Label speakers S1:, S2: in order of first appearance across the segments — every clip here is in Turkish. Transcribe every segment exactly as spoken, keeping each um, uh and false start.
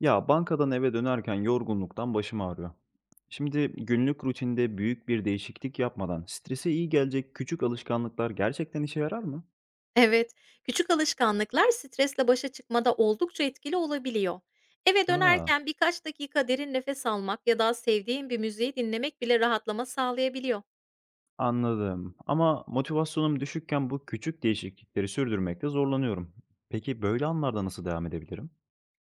S1: Ya bankadan eve dönerken yorgunluktan başım ağrıyor. Şimdi günlük rutinde büyük bir değişiklik yapmadan strese iyi gelecek küçük alışkanlıklar gerçekten işe yarar mı?
S2: Evet, küçük alışkanlıklar stresle başa çıkmada oldukça etkili olabiliyor. Eve
S1: Ha,
S2: dönerken birkaç dakika derin nefes almak ya da sevdiğin bir müziği dinlemek bile rahatlama sağlayabiliyor.
S1: anladım. Ama motivasyonum düşükken bu küçük değişiklikleri sürdürmekte zorlanıyorum. Peki böyle anlarda nasıl devam edebilirim?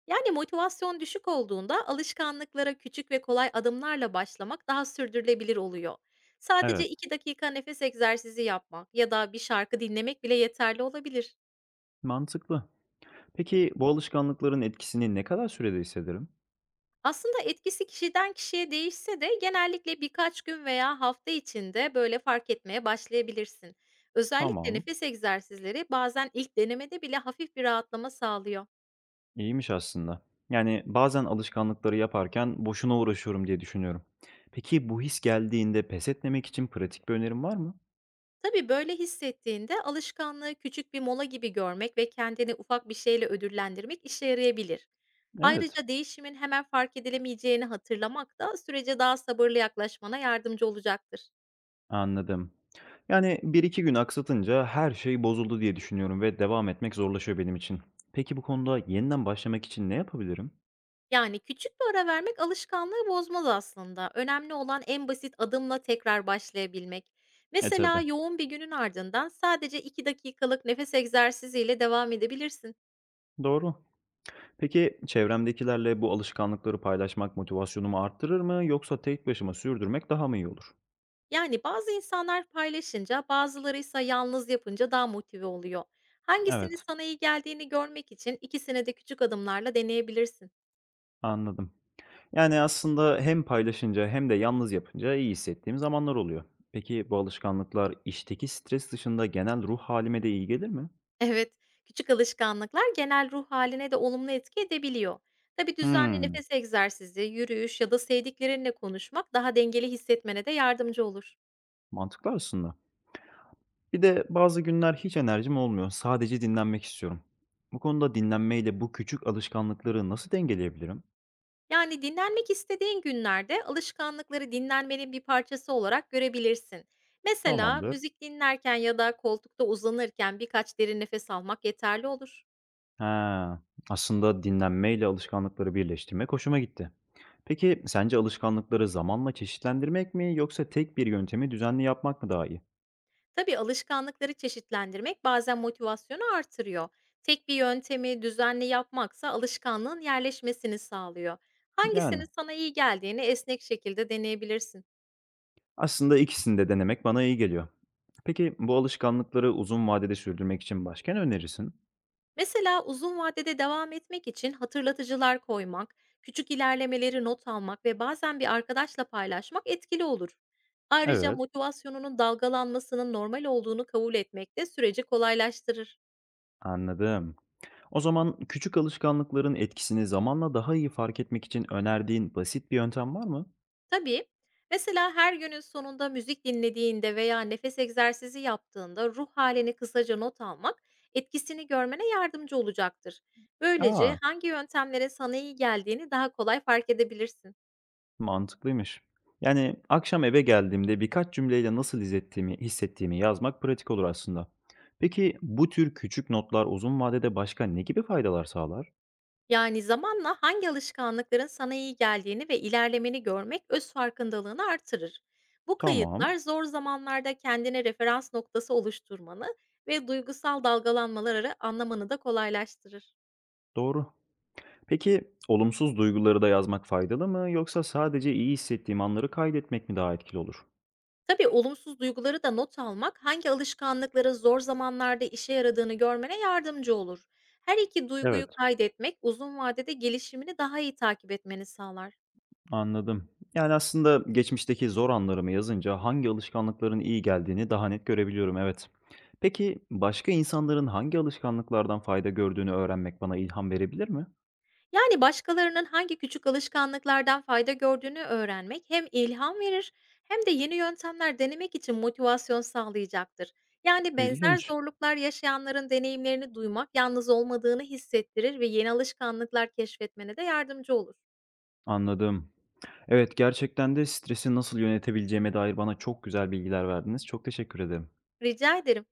S2: Yani motivasyon düşük olduğunda alışkanlıklara küçük ve kolay adımlarla başlamak daha sürdürülebilir oluyor. Sadece
S1: Evet,
S2: iki dakika nefes egzersizi yapmak ya da bir şarkı dinlemek bile yeterli olabilir.
S1: mantıklı. Peki bu alışkanlıkların etkisini ne kadar sürede hissederim?
S2: Aslında etkisi kişiden kişiye değişse de genellikle birkaç gün veya hafta içinde böyle fark etmeye başlayabilirsin. Özellikle
S1: Tamam.
S2: nefes egzersizleri bazen ilk denemede bile hafif bir rahatlama sağlıyor.
S1: İyiymiş aslında. Yani bazen alışkanlıkları yaparken boşuna uğraşıyorum diye düşünüyorum. Peki bu his geldiğinde pes etmemek için pratik bir önerin var mı?
S2: Tabii böyle hissettiğinde alışkanlığı küçük bir mola gibi görmek ve kendini ufak bir şeyle ödüllendirmek işe yarayabilir.
S1: Evet,
S2: Ayrıca değişimin hemen fark edilemeyeceğini hatırlamak da sürece daha sabırlı yaklaşmana yardımcı olacaktır.
S1: anladım. Yani bir iki gün aksatınca her şey bozuldu diye düşünüyorum ve devam etmek zorlaşıyor benim için. Peki bu konuda yeniden başlamak için ne yapabilirim?
S2: Yani küçük bir ara vermek alışkanlığı bozmaz aslında. Önemli olan en basit adımla tekrar başlayabilmek.
S1: E
S2: Mesela
S1: tabii.
S2: yoğun bir günün ardından sadece iki dakikalık nefes egzersiziyle devam edebilirsin.
S1: Doğru. Peki çevremdekilerle bu alışkanlıkları paylaşmak motivasyonumu arttırır mı yoksa tek başıma sürdürmek daha mı iyi olur?
S2: Yani bazı insanlar paylaşınca, bazıları ise yalnız yapınca daha motive oluyor. Hangisinin
S1: Evet,
S2: sana iyi geldiğini görmek için ikisini de küçük adımlarla deneyebilirsin.
S1: anladım. Yani, aslında hem paylaşınca hem de yalnız yapınca iyi hissettiğim zamanlar oluyor. Peki bu alışkanlıklar işteki stres dışında genel ruh halime de iyi gelir mi?
S2: Evet, küçük alışkanlıklar genel ruh haline de olumlu etki edebiliyor. Tabii düzenli
S1: Hımm,
S2: nefes egzersizi, yürüyüş ya da sevdiklerinle konuşmak daha dengeli hissetmene de yardımcı olur.
S1: mantıklı aslında. Bir de bazı günler hiç enerjim olmuyor. Sadece dinlenmek istiyorum. Bu konuda dinlenmeyle bu küçük alışkanlıkları nasıl dengeleyebilirim?
S2: Yani dinlenmek istediğin günlerde alışkanlıkları dinlenmenin bir parçası olarak görebilirsin. Mesela
S1: Tamamdır.
S2: müzik dinlerken ya da koltukta uzanırken birkaç derin nefes almak yeterli olur.
S1: Ha, aslında dinlenmeyle alışkanlıkları birleştirmek hoşuma gitti. Peki sence alışkanlıkları zamanla çeşitlendirmek mi yoksa tek bir yöntemi düzenli yapmak mı daha iyi?
S2: Tabii alışkanlıkları çeşitlendirmek bazen motivasyonu artırıyor. Tek bir yöntemi düzenli yapmaksa alışkanlığın yerleşmesini sağlıyor.
S1: Yani.
S2: Hangisinin sana iyi geldiğini esnek şekilde deneyebilirsin.
S1: Aslında ikisini de denemek bana iyi geliyor. Peki bu alışkanlıkları uzun vadede sürdürmek için başka ne önerirsin?
S2: Mesela uzun vadede devam etmek için hatırlatıcılar koymak, küçük ilerlemeleri not almak ve bazen bir arkadaşla paylaşmak etkili olur. Ayrıca
S1: Evet.
S2: motivasyonunun dalgalanmasının normal olduğunu kabul etmek de süreci kolaylaştırır.
S1: Anladım. O zaman küçük alışkanlıkların etkisini zamanla daha iyi fark etmek için önerdiğin basit bir yöntem var mı?
S2: Tabii. Mesela her günün sonunda müzik dinlediğinde veya nefes egzersizi yaptığında ruh halini kısaca not almak etkisini görmene yardımcı olacaktır. Böylece
S1: Aa,
S2: hangi yöntemlerin sana iyi geldiğini daha kolay fark edebilirsin.
S1: mantıklıymış. Yani akşam eve geldiğimde birkaç cümleyle nasıl hissettiğimi, hissettiğimi yazmak pratik olur aslında. Peki bu tür küçük notlar uzun vadede başka ne gibi faydalar sağlar?
S2: Yani zamanla hangi alışkanlıkların sana iyi geldiğini ve ilerlemeni görmek öz farkındalığını artırır. Bu
S1: Tamam,
S2: kayıtlar zor zamanlarda kendine referans noktası oluşturmanı ve duygusal dalgalanmaları anlamanı da kolaylaştırır.
S1: doğru. Peki olumsuz duyguları da yazmak faydalı mı yoksa sadece iyi hissettiğim anları kaydetmek mi daha etkili olur?
S2: Tabii olumsuz duyguları da not almak, hangi alışkanlıkların zor zamanlarda işe yaradığını görmene yardımcı olur. Her iki duyguyu
S1: Evet,
S2: kaydetmek uzun vadede gelişimini daha iyi takip etmeni sağlar.
S1: anladım. Yani aslında geçmişteki zor anlarımı yazınca hangi alışkanlıkların iyi geldiğini daha net görebiliyorum, evet. Peki başka insanların hangi alışkanlıklardan fayda gördüğünü öğrenmek bana ilham verebilir mi?
S2: Yani başkalarının hangi küçük alışkanlıklardan fayda gördüğünü öğrenmek hem ilham verir hem de yeni yöntemler denemek için motivasyon sağlayacaktır. Yani benzer
S1: İlginç.
S2: zorluklar yaşayanların deneyimlerini duymak yalnız olmadığını hissettirir ve yeni alışkanlıklar keşfetmene de yardımcı olur.
S1: Anladım. Evet, gerçekten de stresi nasıl yönetebileceğime dair bana çok güzel bilgiler verdiniz. Çok teşekkür ederim.
S2: Rica ederim.